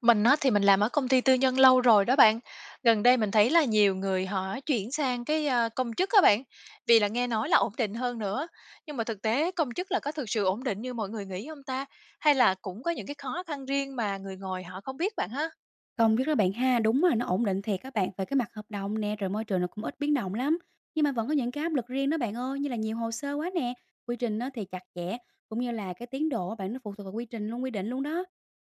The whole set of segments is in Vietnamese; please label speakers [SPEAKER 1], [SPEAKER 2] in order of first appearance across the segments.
[SPEAKER 1] Mình á thì mình làm ở công ty tư nhân lâu rồi đó bạn. Gần đây mình thấy là nhiều người họ chuyển sang cái, công chức các bạn, vì là nghe nói là ổn định hơn nữa. Nhưng mà thực tế công chức là có thực sự ổn định như mọi người nghĩ không ta? Hay là cũng có những cái khó khăn riêng mà người ngồi họ không biết bạn ha?
[SPEAKER 2] Công việc đó bạn ha, đúng là nó ổn định thiệt các bạn, về cái mặt hợp đồng nè, rồi môi trường nó cũng ít biến động lắm. Nhưng mà vẫn có những cái áp lực riêng đó bạn ơi, như là nhiều hồ sơ quá nè, quy trình nó thì chặt chẽ, cũng như là cái tiến độ bạn nó phụ thuộc vào quy trình luôn, quy định luôn đó.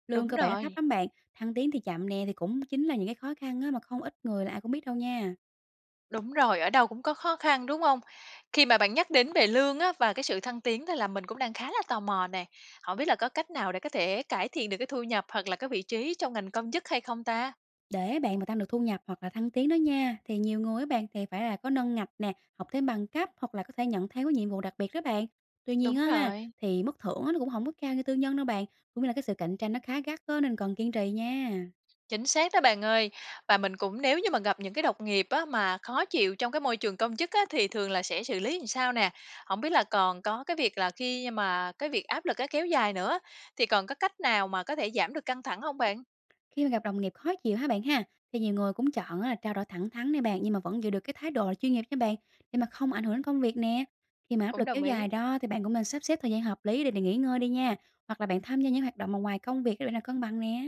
[SPEAKER 2] Lương
[SPEAKER 1] Đúng
[SPEAKER 2] cơ bản nó thấp
[SPEAKER 1] rồi,
[SPEAKER 2] lắm bạn, thăng tiến thì chậm nè, thì cũng chính là những cái khó khăn á, mà không ít người là ai cũng biết đâu nha.
[SPEAKER 1] đúng rồi, ở đâu cũng có khó khăn, đúng không? Khi mà bạn nhắc đến về lương á và cái sự thăng tiến thì là mình cũng đang khá là tò mò nè. Hổng biết là có cách nào để có thể cải thiện được cái thu nhập hoặc là cái vị trí trong ngành công chức hay không ta?
[SPEAKER 2] Để bạn mà tăng được thu nhập hoặc là thăng tiến đó nha, thì nhiều người các bạn thì phải là có nâng ngạch nè, học thêm bằng cấp hoặc là có thể nhận thêm cái nhiệm vụ đặc biệt đó bạn. Tuy nhiên
[SPEAKER 1] Đúng
[SPEAKER 2] á ha,
[SPEAKER 1] rồi.
[SPEAKER 2] thì mức thưởng á, nó cũng không có cao như tư nhân đâu bạn, cũng như là cái sự cạnh tranh nó khá gắt đó, nên cần kiên trì nha.
[SPEAKER 1] Chính xác đó bạn ơi. Và mình cũng nếu như mà gặp những cái đồng nghiệp á, mà khó chịu trong cái môi trường công chức á, thì thường là sẽ xử lý làm sao nè? Không biết là còn có cái việc là khi mà cái việc áp lực á, kéo dài nữa, thì còn có cách nào mà có thể giảm được căng thẳng không bạn?
[SPEAKER 2] Khi mà gặp đồng nghiệp khó chịu ha bạn ha, thì nhiều người cũng chọn á là trao đổi thẳng thắn nè bạn, nhưng mà vẫn giữ được cái thái độ là chuyên nghiệp nha bạn, để mà không ảnh hưởng đến công việc nè. Khi mà áp
[SPEAKER 1] Cũng
[SPEAKER 2] lực
[SPEAKER 1] đồng
[SPEAKER 2] kéo
[SPEAKER 1] ý.
[SPEAKER 2] dài đó thì bạn cũng nên sắp xếp thời gian hợp lý để nghỉ ngơi đi nha, hoặc là bạn tham gia những hoạt động mà ngoài công việc để bạn là cân bằng nè.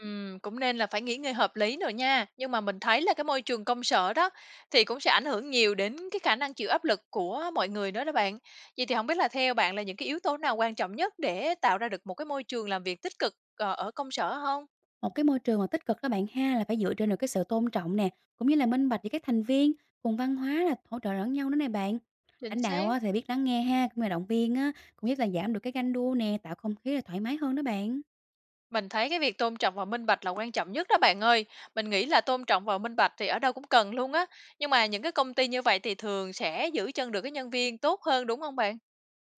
[SPEAKER 1] Cũng nên là phải nghỉ ngơi hợp lý rồi nha. Nhưng mà mình thấy là cái môi trường công sở đó, thì cũng sẽ ảnh hưởng nhiều đến cái khả năng chịu áp lực của mọi người đó đó bạn. Vậy thì không biết là theo bạn là những cái yếu tố nào quan trọng nhất để tạo ra được một cái môi trường làm việc tích cực, ở công sở không?
[SPEAKER 2] Một cái môi trường mà tích cực đó bạn ha là phải dựa trên được cái sự tôn trọng nè, cũng như là minh bạch với các thành viên, cùng văn hóa là hỗ trợ lẫn nhau nữa nè bạn.
[SPEAKER 1] Chính
[SPEAKER 2] Lãnh đạo
[SPEAKER 1] xác.
[SPEAKER 2] á, thì biết lắng nghe ha, cũng như là động viên á, cũng giúp là giảm được cái ganh đua nè, tạo không khí là thoải mái hơn đó bạn.
[SPEAKER 1] Mình thấy cái việc tôn trọng và minh bạch là quan trọng nhất đó bạn ơi. Mình nghĩ là tôn trọng và minh bạch thì ở đâu cũng cần luôn á. Nhưng mà những cái công ty như vậy thì thường sẽ giữ chân được cái nhân viên tốt hơn đúng không bạn?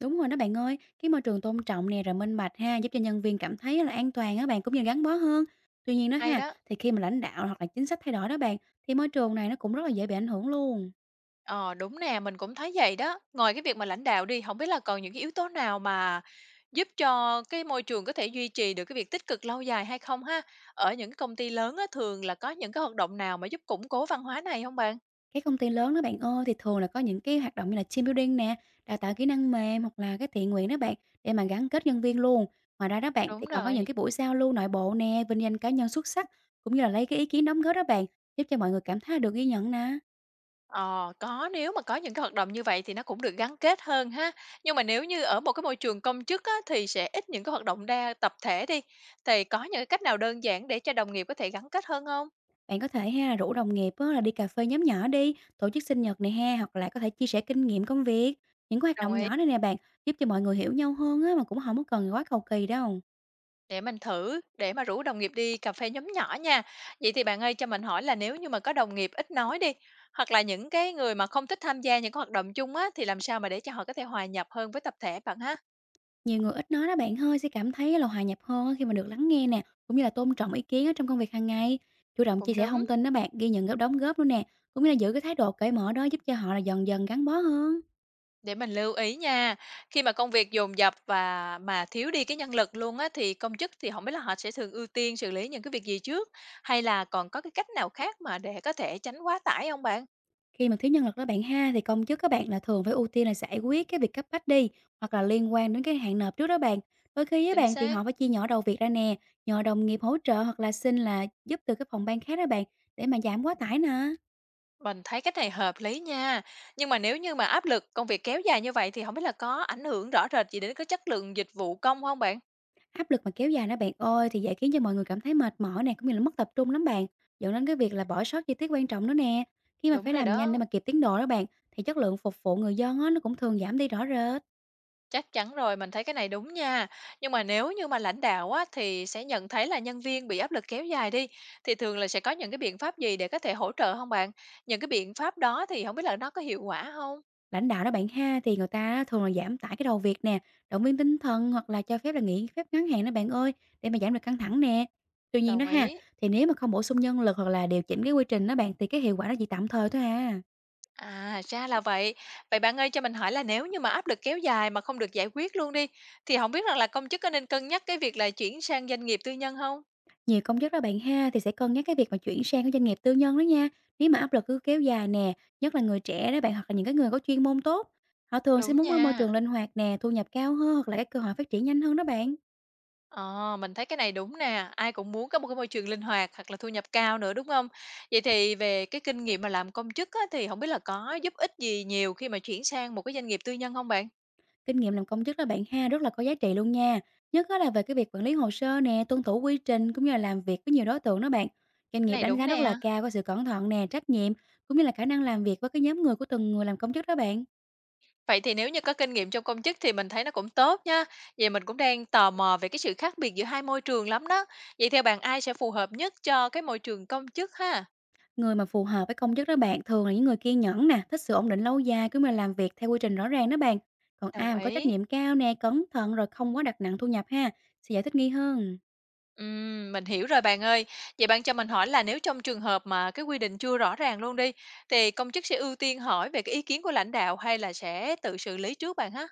[SPEAKER 2] Đúng rồi đó bạn ơi, cái môi trường tôn trọng nè rồi minh bạch ha, giúp cho nhân viên cảm thấy là an toàn á bạn cũng như gắn bó hơn. Tuy nhiên đó
[SPEAKER 1] Hay
[SPEAKER 2] ha,
[SPEAKER 1] đó.
[SPEAKER 2] thì khi mà lãnh đạo hoặc là chính sách thay đổi đó bạn, thì môi trường này nó cũng rất là dễ bị ảnh hưởng luôn.
[SPEAKER 1] Ờ đúng nè, mình cũng thấy vậy đó. Ngoài cái việc mà lãnh đạo đi, không biết là còn những cái yếu tố nào mà giúp cho cái môi trường có thể duy trì được cái việc tích cực lâu dài hay không ha? Ở những cái công ty lớn á thường là có những cái hoạt động nào mà giúp củng cố văn hóa này không bạn?
[SPEAKER 2] Các công ty lớn đó bạn ơi, thì thường là có những cái hoạt động như là team building nè, đào tạo kỹ năng mềm hoặc là cái thiện nguyện đó bạn, để mà gắn kết nhân viên luôn. Ngoài ra đó bạn
[SPEAKER 1] Đúng
[SPEAKER 2] thì còn có những
[SPEAKER 1] rồi.
[SPEAKER 2] cái buổi giao lưu nội bộ nè, vinh danh cá nhân xuất sắc cũng như là lấy cái ý kiến đóng góp đó bạn, giúp cho mọi người cảm thấy là được ghi nhận nè.
[SPEAKER 1] Ờ, có, nếu mà có những cái hoạt động như vậy thì nó cũng được gắn kết hơn ha. Nhưng mà nếu như ở một cái môi trường công chức á, thì sẽ ít những cái hoạt động đa tập thể đi, thì có những cái cách nào đơn giản để cho đồng nghiệp có thể gắn kết hơn không?
[SPEAKER 2] Bạn có thể ha là rủ đồng nghiệp á, là đi cà phê nhóm nhỏ đi, tổ chức sinh nhật này ha, hoặc là có thể chia sẻ kinh nghiệm công việc. Những cái hoạt
[SPEAKER 1] Đồng
[SPEAKER 2] động
[SPEAKER 1] ý,
[SPEAKER 2] nhỏ này nè bạn, giúp cho mọi người hiểu nhau hơn á, mà cũng không có cần quá cầu kỳ đâu.
[SPEAKER 1] để mình thử, để mà rủ đồng nghiệp đi cà phê nhóm nhỏ nha. Vậy thì bạn ơi, cho mình hỏi là nếu như mà có đồng nghiệp ít nói đi, hoặc là những cái người mà không thích tham gia những cái hoạt động chung á, thì làm sao mà để cho họ có thể hòa nhập hơn với tập thể bạn ha?
[SPEAKER 2] Nhiều người ít nói đó bạn ơi sẽ cảm thấy là hòa nhập hơn á khi mà được lắng nghe nè, cũng như là tôn trọng ý kiến ở trong công việc hàng ngày. Chủ động chia
[SPEAKER 1] Cũng
[SPEAKER 2] sẻ
[SPEAKER 1] đúng.
[SPEAKER 2] thông tin đó bạn, ghi nhận góp đóng góp luôn nè, cũng như là giữ cái thái độ cởi mở đó giúp cho họ là dần dần gắn bó hơn.
[SPEAKER 1] Để mình lưu ý nha, khi mà công việc dồn dập và mà thiếu đi cái nhân lực luôn á, thì công chức thì không biết là họ sẽ thường ưu tiên xử lý những cái việc gì trước? Hay là còn có cái cách nào khác mà để có thể tránh quá tải không bạn?
[SPEAKER 2] Khi mà thiếu nhân lực đó bạn ha thì công chức các bạn là thường phải ưu tiên là giải quyết cái việc cấp bách đi hoặc là liên quan đến cái hạn nộp trước đó bạn. Đôi khi với
[SPEAKER 1] Chính
[SPEAKER 2] bạn thì
[SPEAKER 1] xác.
[SPEAKER 2] họ phải chia nhỏ đầu việc ra nè, nhờ đồng nghiệp hỗ trợ hoặc là xin là giúp từ cái phòng ban khác đó bạn để mà giảm quá tải nè.
[SPEAKER 1] Mình thấy cách này hợp lý nha, nhưng mà nếu như mà áp lực công việc kéo dài như vậy thì không biết là có ảnh hưởng rõ rệt gì đến cái chất lượng dịch vụ công không bạn?
[SPEAKER 2] Áp lực mà kéo dài đó bạn ơi thì dễ khiến cho mọi người cảm thấy mệt mỏi nè, cũng như là mất tập trung lắm bạn. Dẫn đến cái việc là bỏ sót chi tiết quan trọng nữa nè. Khi mà
[SPEAKER 1] Đúng
[SPEAKER 2] phải
[SPEAKER 1] rồi
[SPEAKER 2] làm nhanh để
[SPEAKER 1] đó.
[SPEAKER 2] mà kịp tiến độ đó bạn thì chất lượng phục vụ người dân á, nó cũng thường giảm đi rõ rệt.
[SPEAKER 1] Chắc chắn rồi, mình thấy cái này đúng nha. Nhưng mà nếu như mà lãnh đạo á, thì sẽ nhận thấy là nhân viên bị áp lực kéo dài đi, thì thường là sẽ có những cái biện pháp gì để có thể hỗ trợ không bạn? Những cái biện pháp đó thì không biết là nó có hiệu quả không?
[SPEAKER 2] Lãnh đạo đó bạn ha thì người ta á, thường là giảm tải cái đầu việc nè, động viên tinh thần hoặc là cho phép là nghỉ phép ngắn hạn đó bạn ơi để mà giảm được căng thẳng nè. Tuy nhiên đó
[SPEAKER 1] Đồng
[SPEAKER 2] ha
[SPEAKER 1] ý.
[SPEAKER 2] thì nếu mà không bổ sung nhân lực hoặc là điều chỉnh cái quy trình đó bạn thì cái hiệu quả nó chỉ tạm thời thôi à.
[SPEAKER 1] À, ra là vậy. Vậy bạn ơi, cho mình hỏi là nếu như mà áp lực kéo dài mà không được giải quyết luôn đi, thì không biết rằng là công chức có nên cân nhắc cái việc là chuyển sang doanh nghiệp tư nhân không?
[SPEAKER 2] Nhiều công chức đó bạn ha, thì sẽ cân nhắc cái việc mà chuyển sang cái doanh nghiệp tư nhân đó nha. Nếu mà áp lực cứ kéo dài nè, nhất là người trẻ đó bạn hoặc là những cái người có chuyên môn tốt. Họ thường sẽ
[SPEAKER 1] Đúng
[SPEAKER 2] muốn cái môi
[SPEAKER 1] nha.
[SPEAKER 2] trường linh hoạt nè, thu nhập cao hơn hoặc là cái cơ hội phát triển nhanh hơn đó bạn.
[SPEAKER 1] Ờ, mình thấy cái này đúng nè, ai cũng muốn có một cái môi trường linh hoạt hoặc là thu nhập cao nữa, đúng không? Vậy thì về cái kinh nghiệm mà làm công chức á, thì không biết là có giúp ích gì nhiều khi mà chuyển sang một cái doanh nghiệp tư nhân không bạn?
[SPEAKER 2] Kinh nghiệm làm công chức đó bạn ha rất là có giá trị luôn nha. Nhất á là về cái việc quản lý hồ sơ nè, tuân thủ quy trình cũng như là làm việc với nhiều đối tượng đó bạn. Doanh
[SPEAKER 1] Cái
[SPEAKER 2] nghiệp
[SPEAKER 1] này
[SPEAKER 2] đánh
[SPEAKER 1] đúng
[SPEAKER 2] giá rất là
[SPEAKER 1] nè.
[SPEAKER 2] cao cái sự cẩn thận nè, trách nhiệm cũng như là khả năng làm việc với cái nhóm người của từng người làm công chức đó bạn.
[SPEAKER 1] Vậy thì nếu như có kinh nghiệm trong công chức thì mình thấy nó cũng tốt nha. Vậy mình cũng đang tò mò về cái sự khác biệt giữa hai môi trường lắm đó. Vậy theo bạn ai sẽ phù hợp nhất cho cái môi trường công chức ha?
[SPEAKER 2] Người mà phù hợp với công chức đó bạn thường là những người kiên nhẫn nè, thích sự ổn định lâu dài cứ mà làm việc theo quy trình rõ ràng đó bạn. Còn
[SPEAKER 1] Đồng
[SPEAKER 2] ai mà có trách
[SPEAKER 1] ý.
[SPEAKER 2] nhiệm cao nè, cẩn thận rồi không quá đặt nặng thu nhập ha, sẽ giải thích nghi hơn.
[SPEAKER 1] Mình hiểu rồi bạn ơi. Vậy bạn cho mình hỏi là nếu trong trường hợp mà cái quy định chưa rõ ràng luôn đi, thì công chức sẽ ưu tiên hỏi về cái ý kiến của lãnh đạo hay là sẽ tự xử lý trước bạn ha?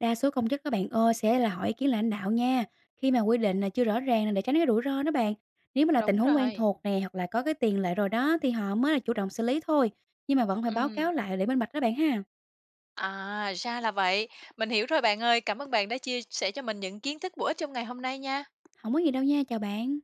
[SPEAKER 2] Đa số công chức các bạn ơi sẽ là hỏi ý kiến lãnh đạo nha. Khi mà quy định là chưa rõ ràng là để tránh cái rủi ro đó bạn. Nếu mà là tình
[SPEAKER 1] Đúng
[SPEAKER 2] huống quen
[SPEAKER 1] rồi.
[SPEAKER 2] thuộc nè hoặc là có cái tiền lệ rồi đó thì họ mới là chủ động xử lý thôi. Nhưng mà vẫn phải báo
[SPEAKER 1] Ừm.
[SPEAKER 2] cáo lại để minh bạch đó bạn ha.
[SPEAKER 1] À, ra là vậy. Mình hiểu rồi bạn ơi. Cảm ơn bạn đã chia sẻ cho mình những kiến thức bổ ích trong ngày hôm nay nha.
[SPEAKER 2] Không có gì đâu nha, chào bạn.